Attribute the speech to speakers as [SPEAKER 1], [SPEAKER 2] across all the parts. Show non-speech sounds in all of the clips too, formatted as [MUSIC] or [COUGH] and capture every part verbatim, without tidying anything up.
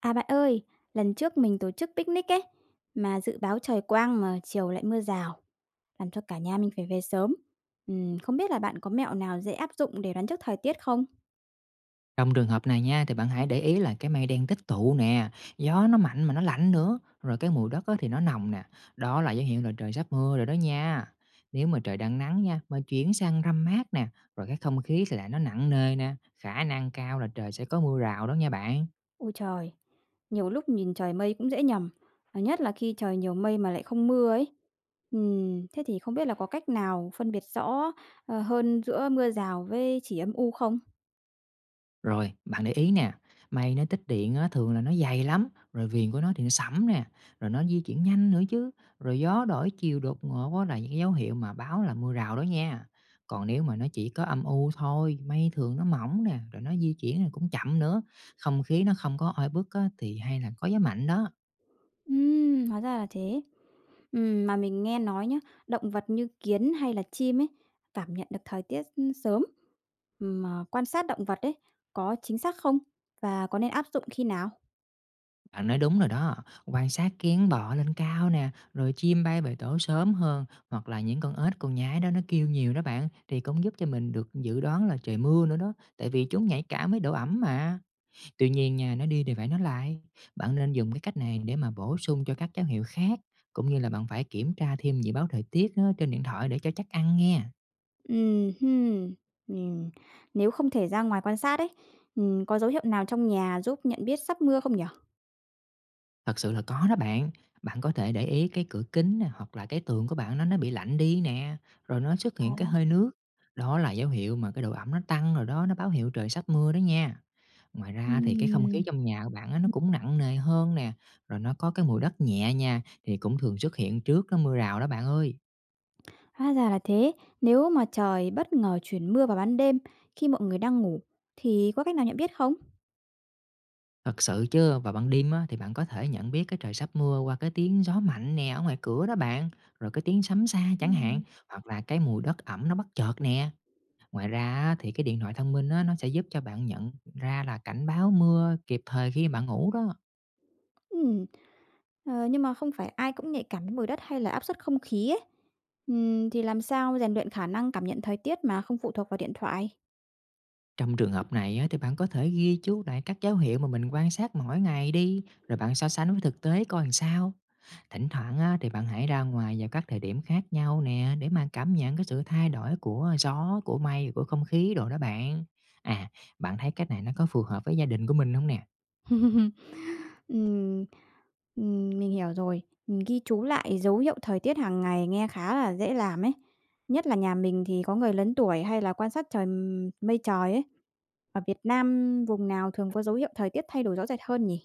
[SPEAKER 1] À bạn ơi, lần trước mình tổ chức picnic ấy, mà dự báo trời quang mà chiều lại mưa rào, làm cho cả nhà mình phải về sớm. Ừm, không biết là bạn có mẹo nào dễ áp dụng để đoán trước thời tiết không?
[SPEAKER 2] Trong trường hợp này nha, thì bạn hãy để ý là cái mây đen tích tụ nè, gió nó mạnh mà nó lạnh nữa, rồi cái mùi đất á thì nó nồng nè. Đó là dấu hiệu là trời sắp mưa rồi đó nha. Nếu mà trời đang nắng nha, mà chuyển sang râm mát nè, rồi cái không khí thì lại nó nặng nề nè, khả năng cao là trời sẽ có mưa rào đó nha bạn.
[SPEAKER 1] Ôi trời, nhiều lúc nhìn trời mây cũng dễ nhầm, à, nhất là khi trời nhiều mây mà lại không mưa ấy. Ừm, thế thì không biết là có cách nào phân biệt rõ ờ, hơn giữa mưa rào với chỉ âm u không?
[SPEAKER 2] Rồi, bạn để ý nè, mây nó tích điện á, thường là nó dày lắm, rồi viền của nó thì nó sẫm nè, rồi nó di chuyển nhanh nữa chứ, rồi gió đổi chiều đột ngột á là những cái dấu hiệu mà báo là mưa rào đó nha. Còn nếu mà nó chỉ có âm u thôi, mây thường nó mỏng nè, rồi nó di chuyển thì cũng chậm nữa, không khí nó không có oi bức á, thì hay là có gió mạnh đó.
[SPEAKER 1] Ừm, hóa ra là thế. Ừm, mà mình nghe nói nhá, động vật như kiến hay là chim ấy, cảm nhận được thời tiết, ưm, sớm. Ừm, Mà quan sát động vật ấy, có chính xác không? Và có nên áp dụng khi nào?
[SPEAKER 2] Bạn nói đúng rồi đó, quan sát kiến bò lên cao nè, rồi chim bay về tổ sớm hơn, hoặc là những con ếch con nhái đó nó kêu nhiều đó bạn, thì cũng giúp cho mình được dự đoán là trời mưa nữa đó, tại vì chúng nhạy cảm với độ ẩm mà. Tuy nhiên nha, nó đi thì phải nó lại. Bạn nên dùng cái cách này để mà bổ sung cho các dấu hiệu khác, cũng như là bạn phải kiểm tra thêm dự báo thời tiết á, trên điện thoại để cho chắc ăn nghe.
[SPEAKER 1] Ừm hưm, ừm, nếu không thể ra ngoài quan sát ấy, ừm, có dấu hiệu nào trong nhà giúp nhận biết sắp mưa không nhỉ?
[SPEAKER 2] Thật sự là có đó bạn. Bạn có thể để ý cái cửa kính nè, hoặc là cái tường của bạn nó nó bị lạnh đi nè, rồi nó xuất hiện cái
[SPEAKER 1] À,
[SPEAKER 2] hơi nước. Đó là dấu hiệu mà cái độ ẩm nó tăng rồi đó, nó báo hiệu trời sắp mưa đó nha. Ngoài ra thì cái không khí
[SPEAKER 1] ừm.
[SPEAKER 2] trong nhà của bạn á, nó cũng nặng nề hơn nè, rồi nó có cái mùi đất nhẹ nha, thì cũng thường xuất hiện trước cái mưa rào đó bạn ơi.
[SPEAKER 1] Hóa ra là thế. Nếu mà trời bất ngờ chuyển mưa vào ban đêm khi mọi người đang ngủ thì có cách nào nhận biết không?
[SPEAKER 2] Thật sự chứ, vào ban đêm á, thì bạn có thể nhận biết cái trời sắp mưa qua cái tiếng gió mạnh nè ở ngoài cửa đó bạn, rồi cái tiếng sấm xa chẳng hạn,
[SPEAKER 1] Ừm.
[SPEAKER 2] hoặc là cái mùi đất ẩm nó bất chợt nè. Ngoài ra á, thì cái điện thoại thông minh á, nó sẽ giúp cho bạn nhận ra là cảnh báo mưa kịp thời khi bạn ngủ đó.
[SPEAKER 1] Ừm. Ờ, nhưng mà không phải ai cũng nhạy cảm với mùi đất hay là áp suất không khí ấy. Ừm, thì làm sao rèn luyện khả năng cảm nhận thời tiết mà không phụ thuộc vào điện thoại?
[SPEAKER 2] Trong trường hợp này á, thì bạn có thể ghi chú lại các dấu hiệu mà mình quan sát mỗi ngày đi, rồi bạn so sánh với thực tế coi làm sao. Thỉnh thoảng á, thì bạn hãy ra ngoài vào các thời điểm khác nhau nè để mà cảm nhận cái sự thay đổi của gió, của mây, của không khí đồ đó bạn. À, bạn thấy cách này nó có phù hợp với gia đình của mình không nè?
[SPEAKER 1] [LAUGHS] Ừm, ừm, mình hiểu rồi. Mình ghi chú lại dấu hiệu thời tiết hàng ngày nghe khá là dễ làm ấy. Nhất là nhà mình thì có người lớn tuổi hay là quan sát trời m- mây trời ấy. Ở Việt Nam vùng nào thường có dấu hiệu thời tiết thay đổi rõ rệt hơn nhỉ?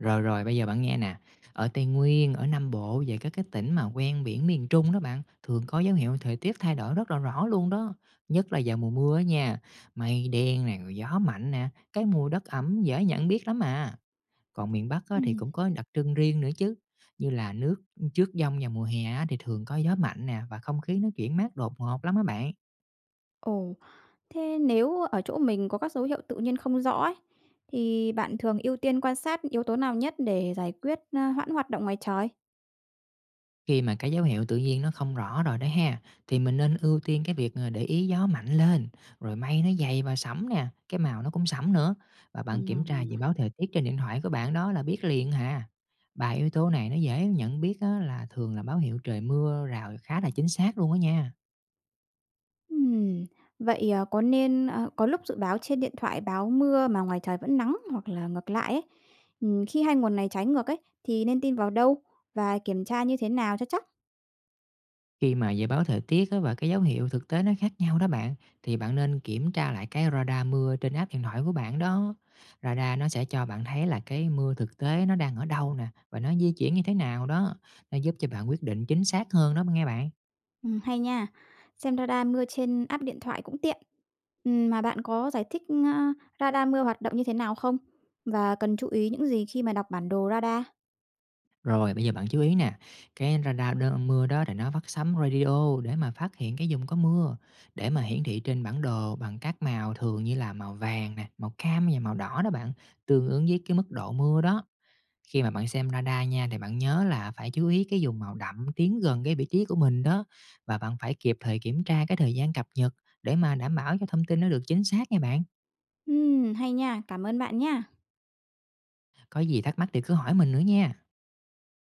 [SPEAKER 2] Rồi, rồi, bây giờ bạn nghe nè, ở Tây Nguyên, ở Nam Bộ về các cái tỉnh mà ven biển miền Trung đó bạn, thường có dấu hiệu thời tiết thay đổi rất là rõ luôn đó, nhất là vào mùa mưa á nha, mây đen nè, rồi gió mạnh nè, cái mùi đất ẩm dễ nhận biết lắm à. Còn miền Bắc á, thì
[SPEAKER 1] Ừm.
[SPEAKER 2] cũng có đặc trưng riêng nữa chứ, như là nước trước giông vào mùa hè á, thì thường có gió mạnh nè và không khí nó chuyển mát đột ngột lắm á bạn.
[SPEAKER 1] Ồ. Thế nếu ở chỗ mình có các dấu hiệu tự nhiên không rõ ấy, thì bạn thường ưu tiên quan sát yếu tố nào nhất để giải quyết, a, hoãn hoạt động ngoài trời?
[SPEAKER 2] Khi mà cái dấu hiệu tự nhiên nó không rõ rồi đó ha, thì mình nên ưu tiên cái việc ờ, để ý gió mạnh lên, rồi mây nó dày và sẫm nè, cái màu nó cũng sẫm nữa. Và bạn kiểm tra dự
[SPEAKER 1] Ừm.
[SPEAKER 2] báo thời tiết trên điện thoại của bạn đó là biết liền hà. Ba yếu tố này nó dễ nhận biết á, là thường là báo hiệu trời mưa rào khá là chính xác luôn đó nha.
[SPEAKER 1] Ừm, vậy, ờ, có nên ờ, có lúc dự báo trên điện thoại báo mưa mà ngoài trời vẫn nắng hoặc là ngược lại ấy, ừm, khi hai nguồn này trái ngược ấy, thì nên tin vào đâu và kiểm tra như thế nào cho chắc?
[SPEAKER 2] Khi mà dự báo thời tiết á và cái dấu hiệu thực tế nó khác nhau đó bạn, thì bạn nên kiểm tra lại cái radar mưa trên app điện thoại của bạn đó. Radar nó sẽ cho bạn thấy là cái mưa thực tế nó đang ở đâu nè và nó di chuyển như thế nào đó. Nó giúp cho bạn quyết định chính xác hơn đó nghe bạn.
[SPEAKER 1] Ừm, hay nha. Xem radar mưa trên app điện thoại cũng tiện. Ừm, mà bạn có giải thích, a, radar mưa hoạt động như thế nào không? Và cần chú ý những gì khi mà đọc bản đồ radar?
[SPEAKER 2] Rồi bây giờ bạn chú ý nè, cái radar đơn mưa đó thì nó phát sóng radio để mà phát hiện cái vùng có mưa, để mà hiển thị trên bản đồ bằng các màu thường như là màu vàng nè, màu cam và màu đỏ đó bạn, tương ứng với cái mức độ mưa đó. Khi mà bạn xem radar nha, thì bạn nhớ là phải chú ý cái vùng màu đậm tiến gần cái vị trí của mình đó và bạn phải kịp thời kiểm tra cái thời gian cập nhật để mà đảm bảo cho thông tin nó được chính xác nha bạn.
[SPEAKER 1] Ừm, hay nha, cảm ơn bạn nha
[SPEAKER 2] Có gì thắc mắc thì cứ hỏi mình nữa nha.